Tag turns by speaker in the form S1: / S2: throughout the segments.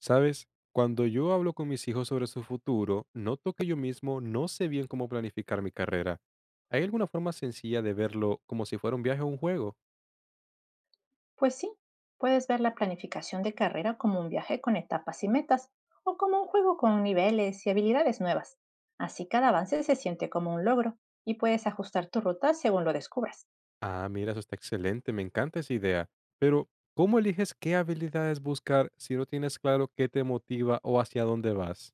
S1: ¿Sabes? Cuando yo hablo con mis hijos sobre su futuro, noto que yo mismo no sé bien cómo planificar mi carrera. ¿Hay alguna forma sencilla de verlo como si fuera un viaje o un juego?
S2: Pues sí, puedes ver la planificación de carrera como un viaje con etapas y metas, o como un juego con niveles y habilidades nuevas. Así cada avance se siente como un logro y puedes ajustar tu ruta según lo descubras.
S1: Ah, mira, eso está excelente, me encanta esa idea. Pero, ¿cómo eliges qué habilidades buscar si no tienes claro qué te motiva o hacia dónde vas?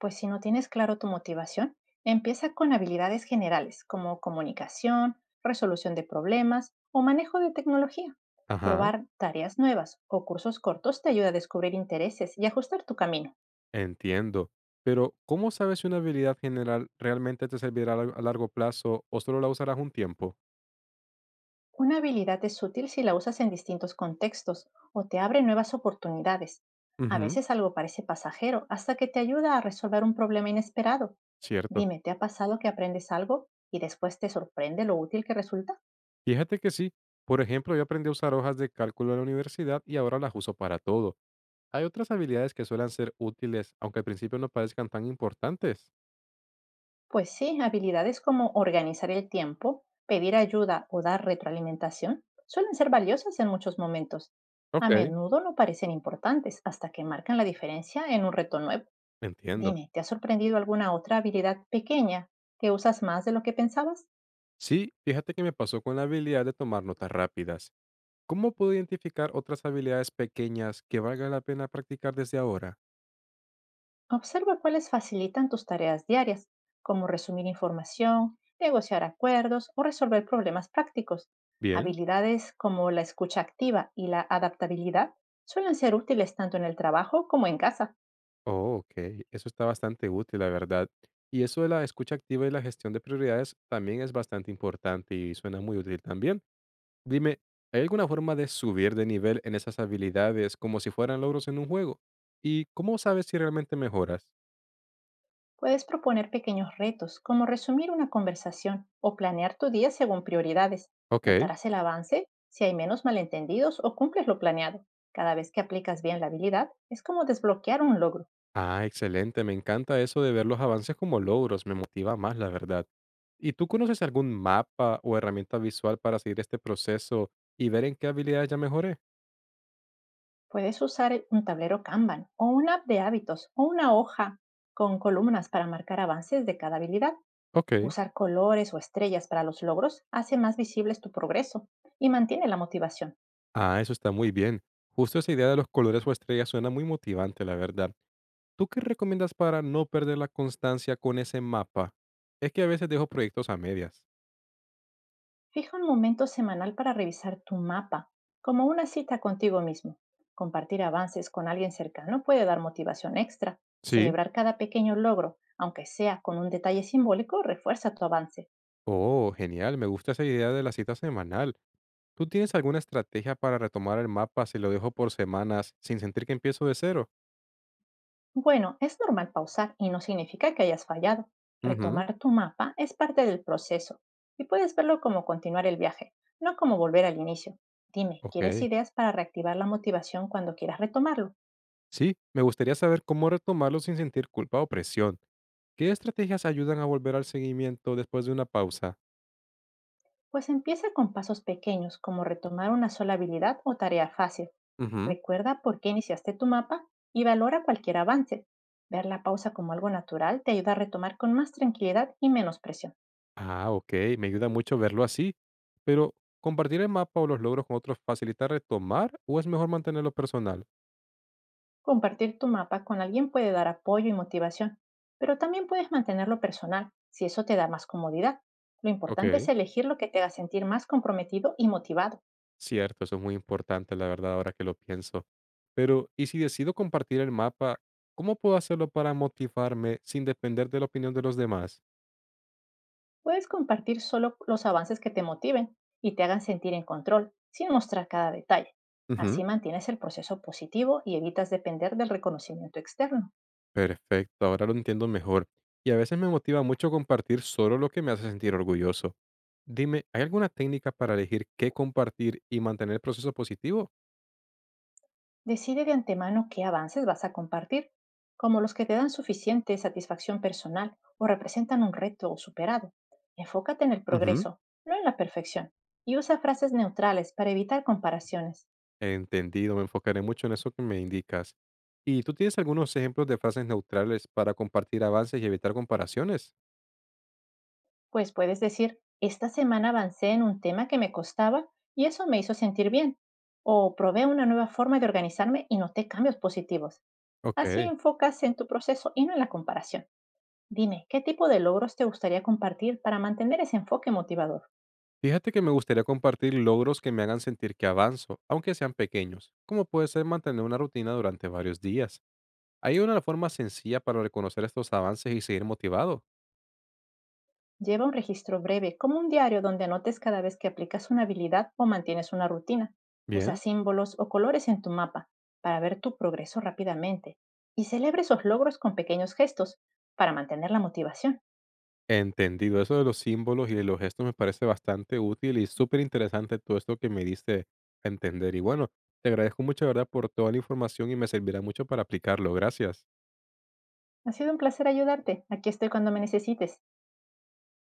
S2: Pues si no tienes claro tu motivación, empieza con habilidades generales como comunicación, resolución de problemas o manejo de tecnología.
S1: Ajá,
S2: Probar tareas nuevas o cursos cortos te ayuda a descubrir intereses y ajustar tu camino.
S1: entiendo. Pero, ¿cómo sabes si una habilidad general realmente te servirá a largo plazo o solo la usarás un tiempo?
S2: Una habilidad es útil si la usas en distintos contextos o te abre nuevas oportunidades. A
S1: Ujú,
S2: veces algo parece pasajero hasta que te ayuda a resolver un problema inesperado.
S1: cierto.
S2: Dime, ¿te ha pasado que aprendes algo y después te sorprende lo útil que resulta?
S1: Fíjate que sí. Por ejemplo, yo aprendí a usar hojas de cálculo en la universidad y ahora las uso para todo. Hay otras habilidades que suelen ser útiles, aunque al principio no parezcan tan importantes.
S2: Pues sí, habilidades como organizar el tiempo, pedir ayuda o dar retroalimentación suelen ser valiosas en muchos momentos. A
S1: Ok,
S2: menudo no parecen importantes hasta que marcan la diferencia en un reto nuevo.
S1: entiendo.
S2: Dime, ¿te ha sorprendido alguna otra habilidad pequeña que usas más de lo que pensabas?
S1: Sí, fíjate que me pasó con la habilidad de tomar notas rápidas. ¿Cómo puedo identificar otras habilidades pequeñas que valga la pena practicar desde ahora?
S2: Observa cuáles facilitan tus tareas diarias, como resumir información, negociar acuerdos o resolver problemas prácticos.
S1: Bien.
S2: Habilidades como la escucha activa y la adaptabilidad suelen ser útiles tanto en el trabajo como en casa.
S1: Oh, ok. Eso está bastante útil, la verdad. Y eso de la escucha activa y la gestión de prioridades también es bastante importante y suena muy útil también. Dime, ¿hay alguna forma de subir de nivel en esas habilidades como si fueran logros en un juego? ¿Y cómo sabes si realmente mejoras?
S2: Puedes proponer pequeños retos, como resumir una conversación o planear tu día según prioridades.
S1: Ok.
S2: Notarás el avance si hay menos malentendidos o cumples lo planeado. Cada vez que aplicas bien la habilidad, es como desbloquear un logro.
S1: Ah, excelente. Me encanta eso de ver los avances como logros. Me motiva más, la verdad. ¿Y tú conoces algún mapa o herramienta visual para seguir este proceso y ver en qué habilidades ya mejoré?
S2: Puedes usar un tablero Kanban o una app de hábitos o una hoja con columnas para marcar avances de cada habilidad.
S1: Ok.
S2: Usar colores o estrellas para los logros hace más visibles tu progreso y mantiene la motivación.
S1: Ah, eso está muy bien. Justo esa idea de los colores o estrellas suena muy motivante, la verdad. ¿Tú qué recomiendas para no perder la constancia con ese mapa? Es que a veces dejo proyectos a medias.
S2: Fija un momento semanal para revisar tu mapa, como una cita contigo mismo. Compartir avances con alguien cercano puede dar motivación extra.
S1: Sí.
S2: Celebrar cada pequeño logro, aunque sea con un detalle simbólico, refuerza tu avance.
S1: Oh, genial. Me gusta esa idea de la cita semanal. ¿Tú tienes alguna estrategia para retomar el mapa si lo dejo por semanas sin sentir que empiezo de cero?
S2: Bueno, es normal pausar y no significa que hayas fallado.
S1: Ujú,
S2: Retomar tu mapa es parte del proceso y puedes verlo como continuar el viaje, no como volver al inicio. Dime, ¿quieres
S1: ok.
S2: ideas para reactivar la motivación cuando quieras retomarlo?
S1: Sí, me gustaría saber cómo retomarlo sin sentir culpa o presión. ¿Qué estrategias ayudan a volver al seguimiento después de una pausa?
S2: Pues empieza con pasos pequeños, como retomar una sola habilidad o tarea fácil.
S1: Ujú.
S2: Recuerda por qué iniciaste tu mapa y valora cualquier avance. Ver la pausa como algo natural te ayuda a retomar con más tranquilidad y menos presión.
S1: Ah, ok. Me ayuda mucho verlo así. Pero, ¿compartir el mapa o los logros con otros facilita retomar o es mejor mantenerlo personal?
S2: Compartir tu mapa con alguien puede dar apoyo y motivación, pero también puedes mantenerlo personal si eso te da más comodidad. Lo importante
S1: Ok.
S2: es elegir lo que te haga sentir más comprometido y motivado.
S1: Cierto, eso es muy importante, la verdad, ahora que lo pienso. Pero, ¿y si decido compartir el mapa, cómo puedo hacerlo para motivarme sin depender de la opinión de los demás?
S2: Puedes compartir solo los avances que te motiven y te hagan sentir en control, sin mostrar cada detalle.
S1: Ujú.
S2: Así mantienes el proceso positivo y evitas depender del reconocimiento externo.
S1: Perfecto, ahora lo entiendo mejor. Y a veces me motiva mucho compartir solo lo que me hace sentir orgulloso. Dime, ¿hay alguna técnica para elegir qué compartir y mantener el proceso positivo?
S2: Decide de antemano qué avances vas a compartir, como los que te dan suficiente satisfacción personal o representan un reto superado. Enfócate en el
S1: Ujú.
S2: progreso, no en la perfección, y usa frases neutrales para evitar comparaciones.
S1: Entendido, me enfocaré mucho en eso que me indicas. ¿Y tú tienes algunos ejemplos de frases neutrales para compartir avances y evitar comparaciones?
S2: Pues puedes decir, esta semana avancé en un tema que me costaba y eso me hizo sentir bien. O probé una nueva forma de organizarme y noté cambios positivos. Así
S1: Ok.
S2: enfocas en tu proceso y no en la comparación. Dime, ¿qué tipo de logros te gustaría compartir para mantener ese enfoque motivador?
S1: Fíjate que me gustaría compartir logros que me hagan sentir que avanzo, aunque sean pequeños, como puede ser mantener una rutina durante varios días. Hay una forma sencilla para reconocer estos avances y seguir motivado.
S2: Lleva un registro breve, como un diario donde anotes cada vez que aplicas una habilidad o mantienes una rutina. Usa
S1: Bien,
S2: símbolos o colores en tu mapa para ver tu progreso rápidamente. Y celebra esos logros con pequeños gestos para mantener la motivación.
S1: entendido. Eso de los símbolos y de los gestos me parece bastante útil y súper interesante todo esto que me diste a entender. Y bueno, te agradezco mucho, de ¿verdad?, por toda la información y me servirá mucho para aplicarlo. Gracias.
S2: Ha sido un placer ayudarte. Aquí estoy cuando me necesites.